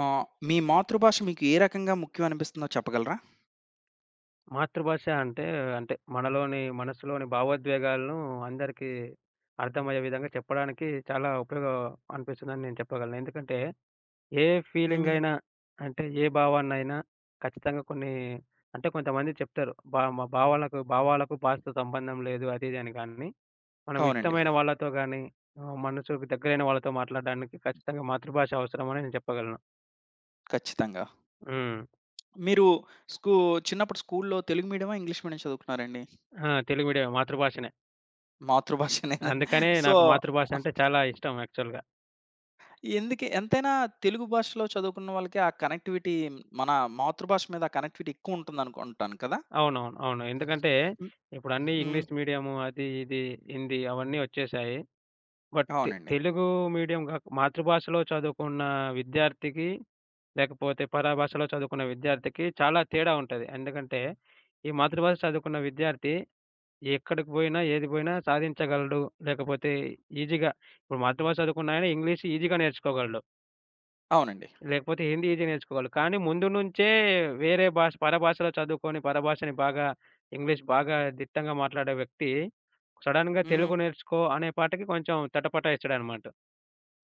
ఆ! మీ మాతృభాష మీకు ఏ రకంగా ముఖ్యం అనిపిస్తుందో చెప్పగలరా? మాతృభాష అంటే, మనలోని మనసులోని భావోద్వేగాలను అందరికీ అర్థమయ్యే విధంగా చెప్పడానికి చాలా ఉపయోగం అనిపిస్తుందని నేను చెప్పగలను. ఎందుకంటే, ఏ ఫీలింగ్ హ్మ్. అయినా అంటే ఏ భావాన్నైనా ఖచ్చితంగా కొన్ని అంటే కొంతమంది చెప్తారు. భా మా భావాలకు భావాలకు భాషతో సంబంధం లేదు అది ఇది అని, కానీ మనం అవునండి. ఇష్టమైన వాళ్ళతో గానీ, మనసుకు దగ్గరైన వాళ్ళతో మాట్లాడడానికి ఖచ్చితంగా మాతృభాష అవసరమని నేను చెప్పగలను. ఖచ్చితంగా. హ్మ్. మీరు స్కూ చిన్నప్పుడు స్కూల్లో తెలుగు మీడియమా? ఇంగ్లీష్ మీడియం చదువుకున్నారండి? ఆ! తెలుగు మీడియమే, మాతృభాషనే. మాతృభాష అనేది. అందుకనే సో, నాకు మాతృభాష అంటే చాలా ఇష్టం యాక్చువల్‌గా. ఎంతైనా తెలుగు భాషలో చదువుకున్న వాళ్ళకి ఆ కనెక్టివిటీ, మన మాతృభాష మీద ఆ కనెక్టివిటీ ఎక్కువుంటుందనుకుంటాను కదా! అవును. ఎందుకంటే హ్మ్. ఇప్పుడన్నీ హ్మ్. ఇంగ్లీష్ మీడియము, అది, ఇది, హిందీ అవన్నీ వచ్చేశాయి. బట్ అవునండి. తెలుగు మీడియం గాక మాతృభాషలో చదువుకున్న విద్యార్థికి, లేకపోతే పరాభాషలో చదువుకున్న విద్యార్థికి చాలా తేడా ఉంటది. ఎందుకంటే ఈ మాతృభాష చదువుకున్న విద్యార్థి ఎక్కడికి పోయినా, ఏది పోయినా సాధించగలడు. లేకపోతే ఈజీగా ఇప్పుడు మాతృభాష చదువుకున్నాయన ఇంగ్లీష్ ఈజీగా నేర్చుకోగలడు. అవునండి. లేకపోతే హిందీ ఈజీ నేర్చుకోగలరు. కానీ ముందు నుంచే వేరే భాష పరభాషలో చదువుకొని, పరభాషని బాగా ఇంగ్లీష్ బాగా దిట్టంగా మాట్లాడే వ్యక్తి సడెన్‌గా హ్మ్. తెలుగు నేర్చుకో అనే పాటకి కొంచెం తటపటాయిస్తాడనమాట.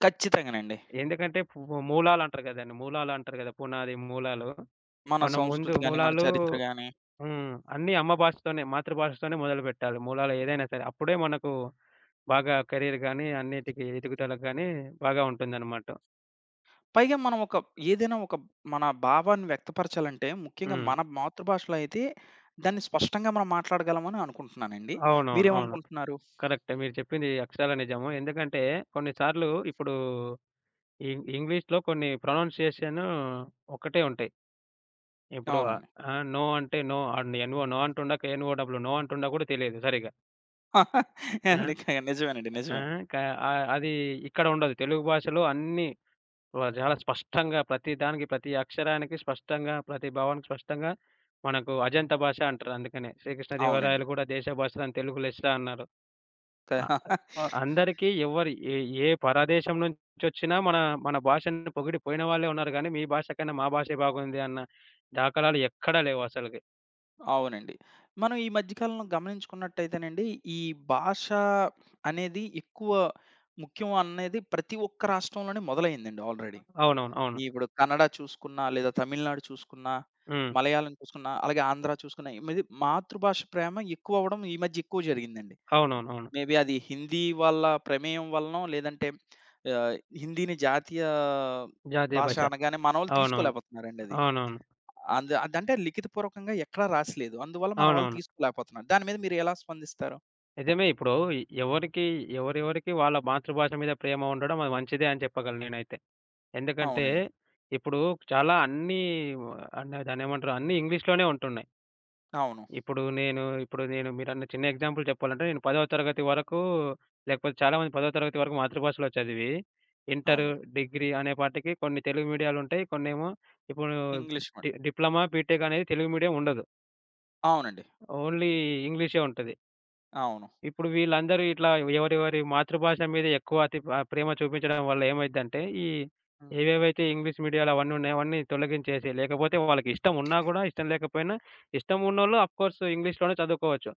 ఖచ్చితంగానండి. ఎందుకంటే మూలాలు అంటారు కదండీ! మూలాలు అంటారు కదా! పునాది, మూలాలు. మన మనం ముందు సంస్కృతి గాని, మన మూలాలు చరిత్ర ఓకే. గాని, హ్మ్. అన్నీ అమ్మ భాషతోనే, మాతృభాషతోనే మొదలుపెట్టాలి. మూలాలు ఏదైనా సరే. అప్పుడే మనకు బాగా కెరీర్ గాని, అన్నిటికి ఎదుగుదలకు గాని బాగా ఉంటుందనమాట. పైగా మనం ఒక, ఏదైనా ఒక మన భావాన్ని వ్యక్తపరచాలంటే, ముఖ్యంగా హ్మ్. మన మాతృభాషలో అయితే దాన్ని స్పష్టంగా మనం మాట్లాడగలమని అనుకుంటున్నానండి. అవును. మీరేమనుకుంటున్నారు? కరెక్టే. మీరు చెప్పింది అక్షరాల నిజము. ఎందుకంటే కొన్ని సార్లు ఇప్పుడు ఇంగ్లీష్‌లో కొన్ని ప్రొనౌన్సియేషన్ ఒక్కటే ఉంటాయి. ఇప్పుడు అవును. అవునండి. నో అంటే నో, ఎన్‌ఓ నో అంటుండక ఎన్‌ఓడబ్ల్యూ నో అంటుండా కూడా తెలియదు సరిగ్గా. ఆ! హ్మ్. అది క నిజమేనండి. ఆ! నిజమే. క అది ఇక్కడ ఉండదు. తెలుగు భాషలో అన్నీ చాలా స్పష్టంగా ప్రతి దానికి, ప్రతి అక్షరానికి స్పష్టంగా, ప్రతి భావానికి స్పష్టంగా మనకు అజంతా భాష అంటారు అందుకనే. శ్రీకృష్ణ అవునండి. దేవరాయలు కూడా దేశ భాష అని తెలుగు లెస్స అన్నారు. ఆ! క సో, అందరికీ ఎవరు ఏ ఏ పరదేశం నుంచొచ్చినా మన మన భాషను పొగిడి పోయిన వాళ్ళే ఉన్నారు గానీ, మీ భాష కన్నా మా భాషే బాగుంది అన్న దాఖలాలు ఎక్కడా లేవు అసలకి. అవునండి. మనం ఈ మధ్య కాలంలో గమనించుకున్నట్టయితేనండి, ఈ భాష అనేది ఎక్కువ ముఖ్యం అనేది ప్రతి ఒక్క రాష్ట్రంలోనే మొదలైందండి ఆల్రెడీ. అవును. ఇప్పుడు కన్నడ చూసుకున్నా, లేదా తమిళనాడు చూసుకున్నా, హ్మ్. మలయాళం చూసుకున్నా, అలాగే ఆంధ్ర చూసుకున్నా, మీది మాతృభాష ప్రేమ ఎక్కువవ్వడం ఈ మధ్య ఎక్కువ జరిగిందండి. అవును. మేబీ అది హిందీ వాళ్ళ ప్రమేయం వలనో, లేదంటే, ఆహ్, హిందీని జాతీయ జాతీయ భాష భాష. అనగానే మనోళ్ళు అవునవును. తీసుకోలేకపోతున్నారండి అది. అవునవును. అదంటే లిఖితపూర్వకంగా ఎక్కడా రాసిలేదు. అందువల్ల మన వాళ్ళు అవునవును. తీసుకోలేకపోతున్నారు. దాని మీద మీరు ఎలా స్పందిస్తారు? నిజమే. ఇప్పుడు ఎవరికి ఎవరెవరికి వాళ్ళ మాతృభాష మీద ప్రేమ ఉండడం అది మంచిదే అని చెప్పగలను నేనైతే. ఎందుకంటే అవునండి. ఇప్పుడు చాలా అన్నీ దాన్నేమంటారు, అన్నీ ఇంగ్లీష్‌లోనే ఉంటున్నాయి. అవును. ఇప్పుడు నేను మీరన్న చిన్న ఎగ్జాంపుల్ చెప్పాలంటే, నేను 10వ తరగతి వరకు లేకపోతే చాలామంది 10వ తరగతి వరకు మాతృభాషలో చదివి, ఇంటరు, అవును. డిగ్రీ అనేపాటికి కొన్ని తెలుగు మీడియాలుంటాయి. కొన్నేమో ఇప్పుడు ఇంగ్లీష్ మీడియం. డిప్లొమా, బీటెక్ అనేది తెలుగు మీడియం ఉండదు. అవునండి. ఓన్లీ ఇంగ్లీషే ఉంటది. అవును. ఇప్పుడు వీళ్ళందరూ ఇట్లా ఎవరెవరి మాతృభాష మీద ఎక్కువ అతి ప్రేమ చూపించడం వల్ల ఏమైద్దంటే, ఈ హ్మ్. ఏవేవైతే ఇంగ్లీష్ మీడియాలు అవన్నీ ఉన్నాయో అవన్నీ తొలగించేసి, లేకపోతే వాళ్ళకి ఇష్టం ఉన్నా గూడా, ఇష్టం లేకపోయినా, ఇష్టం ఉన్నోళ్ళు అఫ్‌కోర్స్ ఇంగ్లీష్‌లోనే చదువుకోవచ్చు.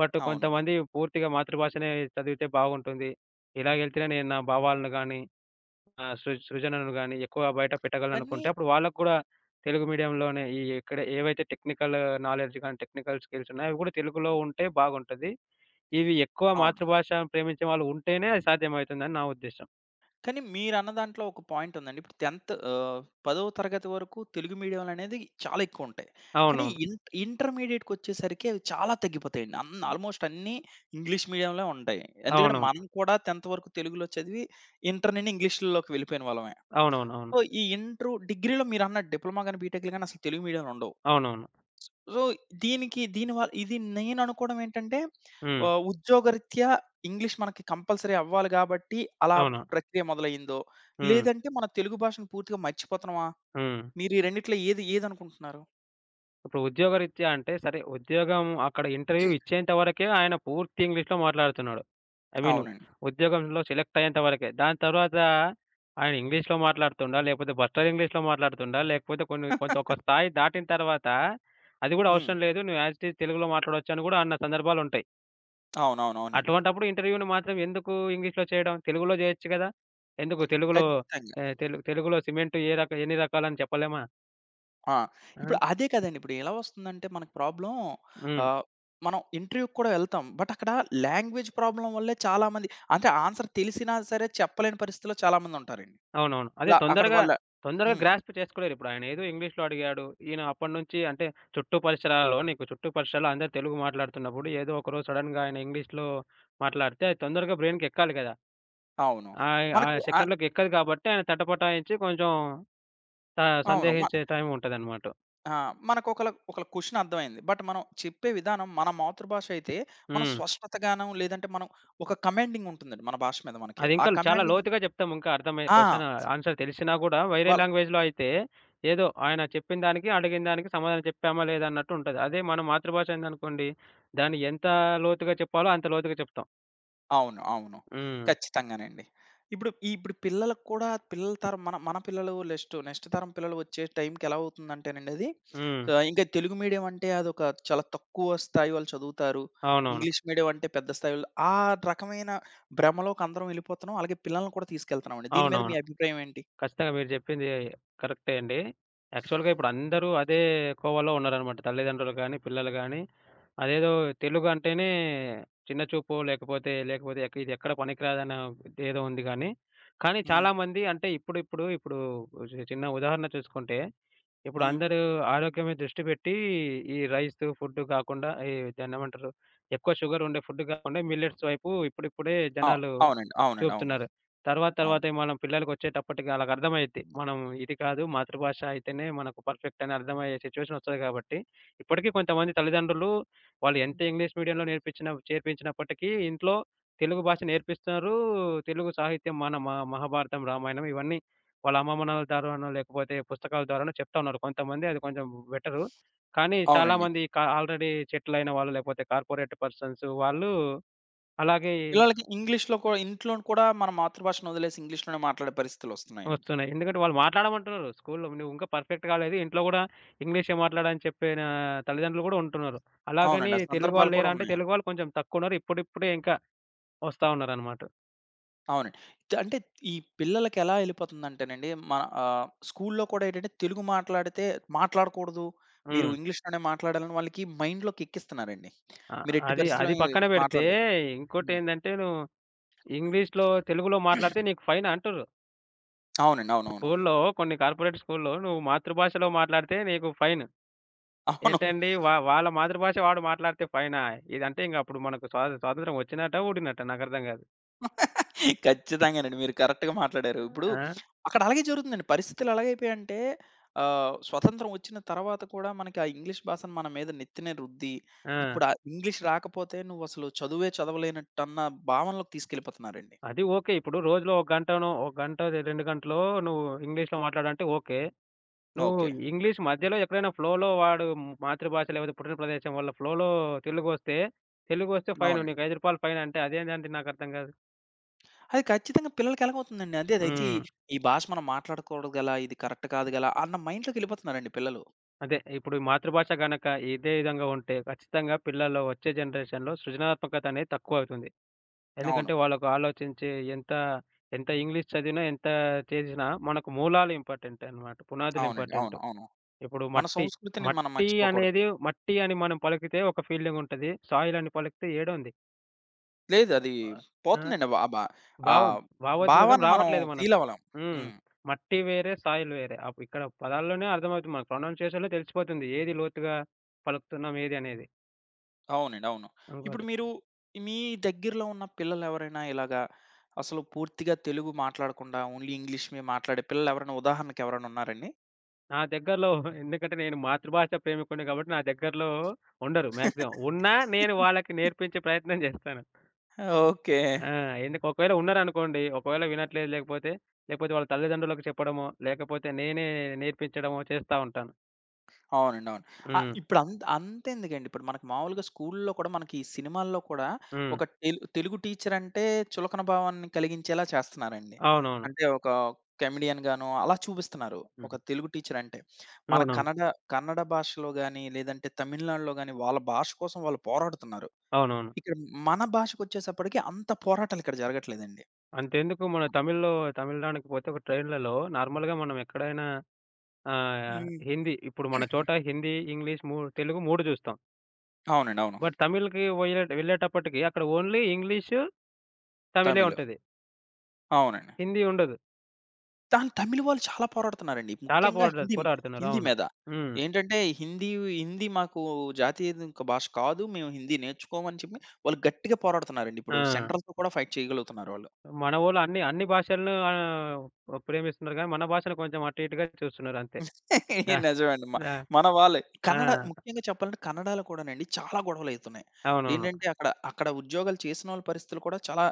బట్ అవును. కొంతమంది పూర్తిగా మాతృభాషనే చదివితే బాగుంటుంది. ఇలాగెళ్తేనే నేను నా భావాలను గానీ, నా సృజనను గానీ ఎక్కువ బయట కానీ పెట్టగలననుకుంటే, అప్పుడు వాళ్ళకి కూడా తెలుగు మీడియంలోనే ఈ ఎక్కడ ఏవైతే టెక్నికల్ నాలెడ్జ్ గానీ, టెక్నికల్ స్కిల్స్ ఉన్నాయో అవి గూడా తెలుగులో ఉంటే బాగుంటది. ఇవి ఎక్కువ అవును. మాతృభాష ప్రేమించే వాళ్ళు ఉంటేనే అది సాధ్యమవుతుందని నా ఉద్దేశ్యం. కానీ మీరన్న దాంట్లో ఒక పాయింట్ ఉందండి. ఇప్పుడు 10థ్, 10వ తరగతి వరకు తెలుగు మీడియంలనేది చాలా ఎక్కువుంటాయి. కానీ అవునవును. ఇంటర్మీడియేట్‌కొచ్చేసరికి అవి చాలా తగ్గిపోతాయండి. అ ఆల్‌మోస్ట్ అన్నీ ఇంగ్లీష్ మీడియంలో ఉంటాయి. ఎందుకంటే అవునవును. మనం కూడా 10థ్ వరకు తెలుగులో చదివి ఇంటర్ నుండి ఇంగ్లీష్‌లోకి వెళ్ళిపోయిన వాళ్ళమే. అవునవునవును. సో, ఈ ఇంటరు డిగ్రీలో మీరన్న డిప్లొమా గాని, బీటెక్‌లు గాని అసలు తెలుగు మీడియంలో ఉండవు. అవునవును. సో, దీనికి దీని వల్ ఇది నేననుకోవడం ఏంటంటే, హ్మ్. ఉద్యోగరీత్యా ఇంగ్లీష్ మనకి కంపల్సరీ అవ్వాలి గాబట్టి, అలా అవును. ప్రక్రియ మొదలయ్యిందో, హ్మ్. లేదంటే మన తెలుగు భాషను పూర్తిగా మర్చిపోతున్నామా? హ్మ్. మీరు ఈ రెండిట్లో ఏది ఏదనుకుంటున్నారు? ఇప్పుడు ఉద్యోగరీత్యా అంటే సరే, ఉద్యోగం అక్కడ ఇంటర్వ్యూ ఇచ్చేంత వరకే ఆయన పూర్తి ఇంగ్లీష్‌లో మాట్లాడుతున్నాడు. ఐ మీన్ అవునండి. ఉద్యోగంలో సెలెక్ట్ అయ్యేంత వరకే. దాని తర్వాత ఆయన ఇంగ్లీష్‌లో మాట్లాడుతుండా? లేకపోతే బస్టర్ ఇంగ్లీష్‌లో మాట్లాడుతుండా? లేకపోతే కొన్ని కొంత ఒక స్థాయి దాటిన తర్వాత అది గూడా హ్మ్. అవసరం లేదు. నువ్వు యాజ్ ఇట్ ఈజ్ తెలుగులో మాట్లాడొచ్చు అని గూడా అన్న సందర్భాలుంటాయి. అవునవునవునండి. అటువంటప్పుడు ఇంటర్వ్యూని మాత్రం ఎందుకు ఇంగ్లీష్‌లో చేయడం? తెలుగులో జేయొచ్చు గదా! ఎందుకు తెలుగులో ఖచ్చితంగా. తెలుగులో సిమెంటు ఏ ఎన్ని రకాలని చెప్పలేమా? ఆ! ఆ! ఇప్పుడు అదే కదండీ! ఇప్పుడు ఎలా వస్తుందంటే మనకు ప్రాబ్లమ్, హ్మ్. ఆహ్, మనం ఇంటర్వ్యూకి కూడా వెళ్తాం. బట్ అక్కడ లాంగ్వేజ్ ప్రాబ్లమ్ వల్లే చాలామంది, అంటే ఆన్సర్ తెలిసినా సరే చెప్పలేని పరిస్థితిలో చాలామందుంటారండి. అవునవును. అదే ఇప్పుడు అ- అక్కడ తొందరగా, వాళ్ళ తొందరగా హ్మ్. గ్రాస్ప్ చేసుకోలేరిప్పుడు. ఆయనేదో ఇంగ్లీష్‌లో అడిగాడు. ఈయన అప్పటినుంచి అంటే చుట్టూ పరిసరాల్లో అందరూ తెలుగు మాట్లాడుతున్నప్పుడు ఏదో ఒకరోజు సడెన్‌గా ఆయన ఇంగ్లీష్‌లో మాట్లాడితే అది తొందరగా బ్రెయిన్‌కెక్కాలి గదా! అవును. ఆ మనకు సెకండ్‌లోకి ఎక్కదు కాబట్టి ఆయన తటపటాయించి కొంచెం త అవును. సందేహించే టైం ఉంటదనమాట. ఆ! మనకు ఒకల ఒకల క్వెషన్ అర్థమైంది. బట్ మనం చెప్పే విధానం మన మాతృభాష అయితే మనం హ్మ్. స్పష్టతగాను, లేదంటే మనం ఒక కమాండింగ్ ఉంటుందండి మన భాష మీద మనకి. అది ఆ ఇంకా చాలా కమాండింగ్, లోతుగా చెప్తాం. ఇంకా అర్థమయ్యే ఆ! క్వెషన్ ఆన్సర్ తెలిసినా గూడా వేరే వాళ్ళ లాంగ్వేజ్‌లో అయితే ఏదో ఆయన చెప్పిన దానికి, అడిగిన దానికి సమాధానం చెప్పామా లేదా అన్నట్టు ఉంటది. అదే మన మాతృభాష అయిందనుకోండి, దాన్ని ఎంత లోతుగా చెప్పాలో అంత లోతుగా చెప్తాం. అవును. అవును. హ్మ్. ఖచ్చితంగానండి. ఇప్పుడు ఈ- ఇప్పుడు పిల్లలకు కూడా పిల్లల తరం, మన మన పిల్లలు నెక్స్ట్ నెక్స్ట్ తరం పిల్లలు వచ్చే టైంకి ఎలా అవుతుందంటేనండి అది, హ్మ్. ఇంకా తెలుగు మీడియం అంటే అదొక చాలా తక్కువ స్థాయి వాళ్ళు చదువుతారు. అవునవును. ఇంగ్లీష్ మీడియం అంటే పెద్ద స్థాయిలో ఆ రకమైన భ్రమలోకి అందరం వెళ్ళిపోతున్నాం. అలాగే పిల్లల్ని కూడా తీసుకెళ్తున్నామండి. దీని మీద మీ అవునవును. అభిప్రాయం ఏంటి? ఖచ్చితంగా మీరు చెప్పింది కరెక్టే అండి. యాక్చువల్‌గా ఇప్పుడు అందరూ అదే కోవలో ఉన్నారనమాట. తల్లిదండ్రులు గానీ, పిల్లలు గానీ, అదేదో తెలుగు అంటేనే చిన్న చూపు, లేకపోతే, లేకపోతే ఇది ఎక్కడ పనికిరాదన్న ఏదో ఉంది గానీ, కానీ హ్మ్. చాలామంది అంటే ఇప్పుడిప్పుడు ఇప్పుడు చిన్న ఉదాహరణ చూసుకుంటే ఇప్పుడు హ్మ్. అందరూ ఆరోగ్యం మీద దృష్టి పెట్టి, ఈ రైసు ఫుడ్డు కాకుండా ఈ దాన్నేమంటారు? ఎక్కువ షుగర్ ఉండే ఫుడ్ కాకుండా మిల్లెట్స్ వైపు ఇప్పుడిప్పుడే అ జనాలు అవునండి. అవునండి. అవును. చూపుతున్నారు. తర్వాత అవును. తర్వాత మనం పిల్లలకొచ్చేటప్పటికి ఆళ్ళకర్థమైద్ది. మనం ఇది కాదు, మాతృభాష అయితేనే మనకు పర్ఫెక్ట్ అని అర్థమయ్యే సిచ్యువేషన్ ఒస్తది కాబట్టి, ఇప్పటికీ కొంతమంది తల్లిదండ్రులు వాళ్ళు ఎంత ఇంగ్లీష్ మీడియంలో నేర్పించిన చేర్పించినప్పటికీ ఇంట్లో తెలుగు భాష నేర్పిస్తున్నారు. తెలుగు సాహిత్యం, మన మహాభారతం, రామాయణం ఇవన్నీ వాళ్ళ అమ్మమ్మ, నాన్నల ద్వారానో, లేకపోతే పుస్తకాల ద్వారానో చెప్తా ఉన్నారు. కొంతమంది అది కొంచెం బెటరు. కానీ అవునండి. చాలామంది ఆల్రెడీ సెటిలైన వాళ్ళు, లేకపోతే కార్పొరేట్ పర్సన్స్ వాళ్ళు అలాగే పిల్లలకి ఇంగ్లీష్‌లో కూడా, ఇంట్లో కూడా మన మాతృభాషను వదిలేసి ఇంగ్లీష్‌లోనే మాట్లాడే పరిస్థితులొస్తున్నాయండి. వస్తున్నాయి. ఎందుకంటే వాళ్ళు మాట్లాడమంటున్నారు స్కూల్‌లో. "నువ్వు ఇంకా పర్ఫెక్ట్ కాలేదు. ఇంట్లో కూడా ఇంగ్లీషే మాట్లాడని" చెప్పిన తల్లిదండ్రులు కూడా ఉంటున్నారు. అలాగని అవునండి. ఆ తెలుగు సందర్భాలు వాళ్ళు కూడా లేరా అంటే, ఉన్నాయి. తెలుగు వాళ్ళు కొంచెం తక్కువున్నారు. ఇప్పుడిప్పుడే ఇంకా వస్తా ఉన్నారనమాట. అవునండి. అంటే ఈ పిల్లలకెలా ఎళ్ళిపోతుందంటేనండి, మన స్కూల్లో కూడా ఏంటంటే తెలుగు మాట్లాడితే మాట్లాడకూడదు. మీరు హ్మ్. ఇంగ్లీష్‌లోనే మాట్లాడాలని వాళ్ళకి మైండ్‌లోకి ఎక్కిస్తున్నారండి. అ మీరు ఎట్టి అది పరిస్థితిలో అది ఇది పక్కన పెడితే, మాట్లాడకూడదు. హ్మ్. ఇంకోటేందంటే, "నువ్వు ఇంగ్లీష్‌లో తెలుగులో మాట్లాడితే నీకు ఫైన్" అంటుర్రు. అవునండి. అవునవును. స్కూల్లో కొన్ని కార్పొరేట్ స్కూల్లో నువ్వు మాతృభాషలో మాట్లాడితే నీకు ఫైన్. అవును. ఏంటండి వాళ్ళ మాతృభాష వాడు మాట్లాడితే ఫైనా? ఇదంటే ఇంక అప్పుడు మనకు స్వాతంత్రం వచ్చినట్టా? ఊడినట్టా? నాకర్థం గాదు. ఖచ్చితంగానండి. మీరు కరెక్ట్‌గా మాట్లాడారు. ఇప్పుడు ఆ! అక్కడ అలాగే జరుగుతుందండి. పరిస్థితులు ఎలాగైపోయాయంటే, స్వతంత్రం వచ్చిన తర్వాత కూడా మనకి ఆ ఇంగ్లీష్ భాషను మన మీద నెత్తిన రుద్ది, ఆ! ఇప్పుడు ఆ ఇంగ్లీష్ రాకపోతే నువ్వసలు చదువే చదవలేనట్టన్న భావనలోకి తీసుకెళ్ళిపోతున్నారండి. అది ఓకే. ఇప్పుడు రోజులో ఒక గంటనో, ఒక గంటో, 2 గంటలో నువ్వు ఇంగ్లీష్‌లో మాట్లాడంటే ఓకే. నువ్వు ఓకే. ఇంగ్లీష్ మధ్యలో ఎక్కడైనా ఫ్లోలో వాడు మాతృభాష లేకపోతే పుట్టిన ప్రదేశం వల్ల ఫ్లోలో తెలుగొస్తే తెలుగొస్తే ఫైను. అవునండి. నీకు రూ. 5 ఫైన్ అంటే అదేంటండి నాకర్థం గాదు. అది ఖచ్చితంగా పిల్లలకి ఎలాగవుతుందండి. అదే అదైతే హ్మ్. ఈ భాష మనం మాట్లాడకూడదు గల, ఇది కరెక్ట్ కాదు గల అన్న మైండ్‌లోకెళ్ళిపోతున్నారండి పిల్లలు. అదే. ఇప్పుడు ఈ మాతృభాష గనక ఇదే విధంగా ఉంటే ఖచ్చితంగా పిల్లల్లో వచ్చే జనరేషన్‌లో సృజనాత్మకత అనేది తక్కువవుతుంది. అవును. ఎందుకంటే వాళ్ళకు ఆలోచించే ఎంత, ఎంత ఇంగ్లీష్ చదివినా, ఎంత చేసినా మనకు మూలాలు ఇంపార్టెంట్ అన్నమాట. పునాదులు అవునండి. అవును. ఇంపార్టెంట్. అవును. ఇప్పుడు మన మట్టి, సంస్కృతిని మనం మట్టి మర్చిపోకూడదు. అనేది, మట్టి అని మనం పలికితే ఒక ఫీలింగుంటది. సాయిల్ అని పలికితే ఏడుంది. లేదు. అది ఆ! ఆ! పోతుందండి. వ బ ఆ భావం. భావోద్వేగం భావాన్ని మనం రావట్లేదు ఫీల్ మనకు. అవ్వలేం. హ్మ్. హ్మ్. మట్టి వేరే, సాయిల్ వేరే. ఇక్కడ పదాల్లోనే అర్థమవుతుంది మనకు. ప్రొనౌన్సియేషన్‌లో తెలిసిపోతుంది ఏది లోతుగా పలుకుతున్నాం ఏది అనేది. అవునండి. అవును. ఇప్పుడు ఇంకోటి, మీరు, మీ దగ్గరలో ఉన్న పిల్లలెవరైనా ఇలాగా అసలు పూర్తిగా తెలుగు మాట్లాడకుండా ఓన్లీ ఇంగ్లీష్ మే మాట్లాడే పిల్లలెవరైనా ఉదాహరణకెవరైనా ఉన్నారండి? నా దగ్గరలో ఎందుకంటే నేను మాతృభాష ప్రేమికుడిని కాబట్టి నా దగ్గరలో ఉండరు మాక్సిమం. ఉన్నా నేను వాళ్ళకి నేర్పించే ప్రయత్నం చేస్తాను. ఓకే. ఆ! ఎందుకు ఒకవేళ ఉన్నారనుకోండి, ఒకవేళ వినట్లేదు లేకపోతే, లేకపోతే వాళ్ళ తల్లిదండ్రులకు చెప్పడమో, లేకపోతే నేనే నేర్పించడమో చేస్తా ఉంటాను. అవునండి. అవును. హ్మ్. ఇప్పుడు అంతెందుకండి. ఇప్పుడు మనకు మామూలుగా స్కూలుల్లో కూడా మనకి ఈ సినిమాల్లో కూడా హ్మ్. ఒక తెలుగు టీచరంటే చులకన భావాన్ని కలిగించేలా చేస్తున్నారండి. అవునవును. అంటే ఒక కమెడియన్ గానో అలా చూపిస్తున్నారు. ఒక హ్మ్. తెలుగు టీచరంటే. మన అవునవును. కన్నడ, కన్నడ భాషలో గాని, లేదంటే తమిళనాడులో గాని వాళ్ళ భాష కోసం వాళ్ళు పోరాడుతున్నారు. అవునవును. ఇక్కడ మన భాషకొచ్చేసప్పటికి అంత పోరాటాలు ఇక్కడ జరగట్లేదండి. అంతెందుకు, మన తమిళ్‌లో తమిళనాడుకి పోతే ఒక ట్రైన్‌లలో నార్మల్‌గా మనం ఎక్కడైనా హ్మ్. హిందీ, ఇప్పుడు మన చోట హిందీ, ఇంగ్లీష్, తెలుగు 3 చూస్తాం. అవునండి. అవును. బట్ తమిళ్‌కి వెళ్ళేటప్పటికి అక్కడ ఓన్లీ ఇంగ్లీషు, తమిళే తమిళ్. ఉంటది. అవునండి. హిందీ ఉండదు. దాని తమిళ్ వాళ్ళు చాలా పోరాడుతున్నారండి. చాలా ముఖ్యంగా పోరాడు పోరాడుతున్నారు. హిందీ అవును. మీద. హ్మ్. ఏంటంటే హిందీ, మాకు జాతీయ భాష కాదు. మేము హిందీ నేర్చుకోమని చెప్పి వాళ్ళు గట్టిగా పోరాడుతున్నారండి. ఇప్పుడు ఆ! సెంట్రల్‌తో కూడా ఫైట్ చేయగలుగుతున్నారు వాళ్ళు. మనవోళ్ళు అన్ని అన్ని భాషలను ప్రేమిస్తున్నారు కానీ మన భాషను కొంచెం అటు ఇటుగా చూస్తున్నారు అంతే. దా నిజమండి. దా మన వాళ్ళే. ఆ! కన్నడ ముఖ్యంగా చెప్పాలంటే కన్నడలో కూడానండి చాలా గొడవలయితున్నాయి. అవునవును. ఏంటంటే అక్కడ, అక్కడ ఉద్యోగాలు చేసినోళ్ళ పరిస్థితులు కూడా చాలా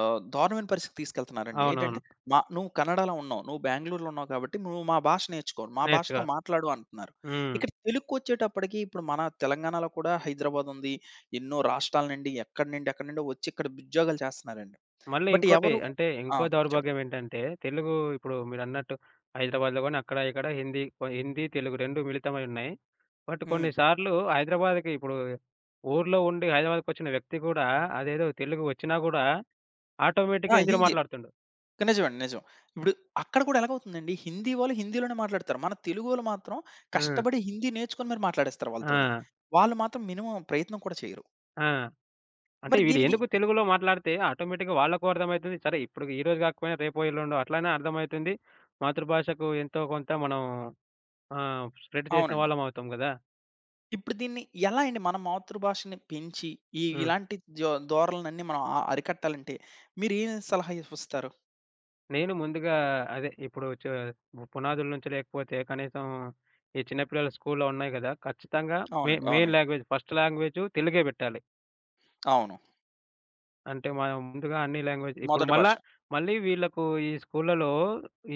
దారుణమైన పరిస్థితికి తీసుకెళ్తున్నారండి. ఏంటంటే అవునవును. నువ్వు కన్నడలో ఉన్నావు, నువ్వు బెంగుళూరులో ఉన్నావు కాబట్టి నువ్వు మా భాష నేర్చుకో, మా భాషతో నేర్చుకో. మాట్లాడు అంటున్నారు. హ్మ్. ఇక్కడ తెలుగుకొచ్చేటప్పటికి ఇప్పుడు మన తెలంగాణలో కూడా హైదరాబాద్ ఉంది. ఎన్నో రాష్ట్రాల నుండి ఎక్కడి నుండి, ఎక్కడి నుండో వచ్చి ఇక్కడ ఉద్యోగాలు చేస్తున్నారండి. మళ్ళీ బట్ ఇంకోటి ఎవరు, అంటే ఆ! ఇంకో చెప్పండి. దౌర్భాగ్యం ఏంటంటే, తెలుగు ఇప్పుడు మీరన్నట్టు హైదరాబాద్‌లో గాని, అక్కడ ఇక్కడ హిందీ, హిందీ, తెలుగు 2 మిళితమై ఉన్నాయి. బట్ హ్మ్. కొన్ని సార్లు హైదరాబాద్‌కి ఇప్పుడు ఊర్లో ఉండి హైదరాబాద్‌కొచ్చిన వ్యక్తి కూడా అదేదో తెలుగు వచ్చినా గూడా ఆ! ఆటోమేటిక్‌గా హిందీలో హిందీ. మాట్లాడుతుండు. నిజమండి. నిజం. ఇప్పుడు అక్కడ కూడా ఎలాగవుతుందండి, హిందీ వాళ్ళు హిందీలోనే మాట్లాడతారు. మన తెలుగోళ్ళు మాత్రం ఆ! కష్టపడి హిందీ నేర్చుకొని మరి మాట్లాడేస్తారు వాళ్ళతోని. ఆ! వాళ్ళు మాత్రం మినిమమ్ ప్రయత్నం కూడా చేయరు. ఆ! అంటే మరి వీడు దీనికి, ఎందుకు, తెలుగులో మాట్లాడితే ఆటోమేటిక్‌గా వాళ్ళకు అర్థమైతుంది. సరే ఇప్పుడు ఈ రోజు కాకపోయినా రేపో, ఎల్లుండో అట్లైనా అర్థమైతుంది. మాతృభాషకు ఎంతో కొంత మనం స్ప్రెడ్ చేసిన అవునండి. వాళ్ళం అవుతాం గదా! ఇప్పుడు దీన్ని ఎలా అండి మన మాతృభాషని పెంచి ఈ హ్మ్. ఇలాంటి ధోరణులన్నీ మనం అరికట్టాలంటే మీరేం సలహా ఇస్తారు? నేను ముందుగా, అదే ఇప్పుడు పునాదుల నుంచి లేకపోతే కనీసం ఈ చిన్న పిల్లల స్కూల్లో ఉన్నాయి గదా! ఖచ్చితంగా అవునండి. మెయిన్ అవునండి. లాంగ్వేజ్ ఫస్ట్ లాంగ్వేజు తెలుగే బెట్టాలి. అవును. అంటే మనం ముందుగా అన్ని లాంగ్వేజ్ ఇప్పుడు మొదటి మళ్ళా భాష. మళ్ళీ వీళ్ళకు ఈ స్కూళ్ళలో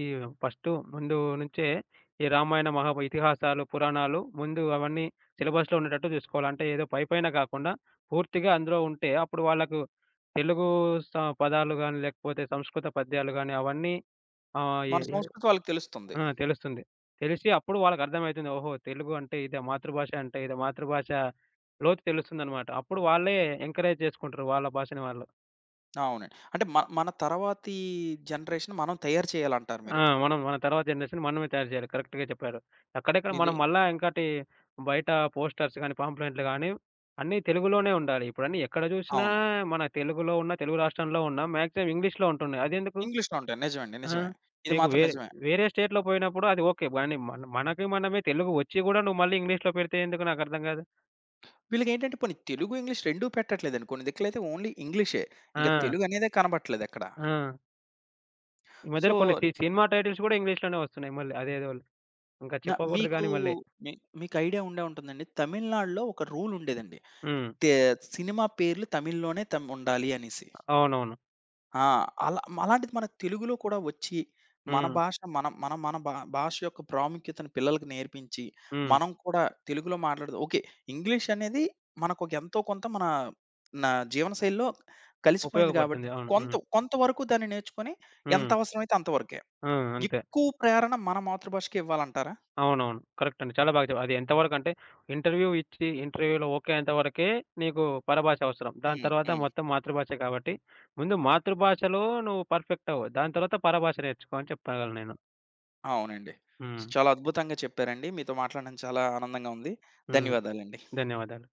ఈ ఫస్టు ముందు నుంచే ఈ రామాయణ, మహా ఇతిహాసాలు, పురాణాలు ముందు అవన్నీ సిలబస్‌లో ఉండేటట్టు జూసుకోవాలి. అంటే ఏదో పై పైన గాకుండా పూర్తిగా అందులో ఉంటే అప్పుడు వాళ్ళకు తెలుగు స పదాలు గాని, లేకపోతే సంస్కృత పద్యాలు గాని అవన్నీ ఆహ్, మన ఎ ఎ సంస్కృతి వాళ్ళకి తెలుస్తుంది. ఆ! తెలుస్తుంది. తెలిసి అప్పుడు వాళ్ళకర్థమైతుంది. ఓహో! తెలుగు అంటే ఇదా! మాతృభాష అంటే ఇదా! మాతృభాష లోతు తెలుస్తుందనమాట. అప్పుడు వాళ్ళే ఎంకరేజ్ చేసుకుంటారు వాళ్ళ భాషని వాళ్ళు. అవునండి. అంటే మన తర్వాతి జనరేషన్ మనం తయారు చేయాలంటారు ఆ! మీరు. మనం మన తర్వాత జనరేషన్ మనమే తయారు చేయాలి. కరెక్ట్‌గా చెప్పారు. అక్కడెక్కడ ఇది మనం మళ్ళా ఇంకటి బయట పోస్టర్స్ గాని, పాంప్లెంట్లు గాని అన్నీ తెలుగులోనే ఉండాలి. ఇప్పుడన్నీ ఎక్కడ చూసినా అవును. మన తెలుగులో ఉన్న తెలుగు రాష్ట్రంలో ఉన్న మాక్సిమం ఇంగ్లీష్‌లో ఉంటున్నాయి. అదెందుకు? ఇంగ్లీష్‌లో ఉంటాయి. నిజమండి. ఆ! నిజమే. ఇది నీకు మాత్రం వేరే నిజమే. వేరే స్టేట్‌లో పోయినప్పుడు అది ఓకే. గానీ మనకి మనమే తెలుగు వచ్చి గూడా నువ్వు మళ్ళీ ఇంగ్లీష్‌లో పెడితే ఎందుకు, నాకర్థం కాదు. వీళ్ళకేంటంటే పోనీ తెలుగు, ఇంగ్లీష్ రెండూ పెట్టట్లేదండి. కొన్ని దిక్కులైతే ఓన్లీ ఇంగ్లీషే. ఇంక ఆ! తెలుగు అనేదే కనబట్లేదక్కడ. ఆ! ఈ సో, మధ్యలో కొన్ని సినిమా టైటిల్స్ గూడా ఇంగ్లీష్‌లోనే వస్తున్నాయి మళ్ళీ. అదేదో ఇంకా చెప్పకూడదు మీకు, గానీ మళ్ళీ. మీ మీకు ఐడియా ఉండే ఉంటుందండి. తమిళనాడులో ఒక రూల్ ఉండేదండి. హ్మ్. తే సినిమా పేర్లు తమిళ్‌లోనే ఉండాలి అనేసి. అవునవును. ఆ! అలాంటిది మన తెలుగులో కూడా వచ్చి, మన హ్మ్. భాష మనం, మనం మన భా భాష యొక్క ప్రాముఖ్యతను పిల్లలకి నేర్పించి, హ్మ్. మనం కూడా తెలుగులో మాట్లాడదు ఓకే. ఇంగ్లీష్ అనేది మనకు ఒక ఎంతో కొంత నా జీవనశైలిలో కలిసిపోయింది గాబట్టి, ఉపయోగపడుతుంది. అవును. కొంత హ్మ్. కొంతవరకు దాన్ని నేర్చుకొని ఎంత హ్మ్. అవసరమైతే అంతవరకే. ఆ! అంతే. ఎక్కువ ప్రేరణ మన మాతృభాషకే ఇవ్వాలంటారా? అవునవును. కరెక్ట్ అండి. చాలా బాగా చెప్పారు. అది ఎంతవరకంటే ఇంటర్వ్యూ ఇచ్చి ఇంటర్వ్యూలో ఓకే అయేంత వరకే నీకు పరభాష అవసరం. దాని హ్మ్. తర్వాత హ్మ్. మొత్తం మాతృభాషే కాబట్టి ముందు మాతృభాషలో నువ్వు పర్ఫెక్ట్ అవ్వు. దాని తర్వాత పరభాష నేర్చుకో అని చెప్పగలను నేను. అవునండి. హ్మ్. చాలా అద్భుతంగా చెప్పారండి. మీతో మాట్లాడడం చాలా ఆనందంగా ఉంది. హ్మ్. ధన్యవాదాలండి. ధన్యవాదాలు.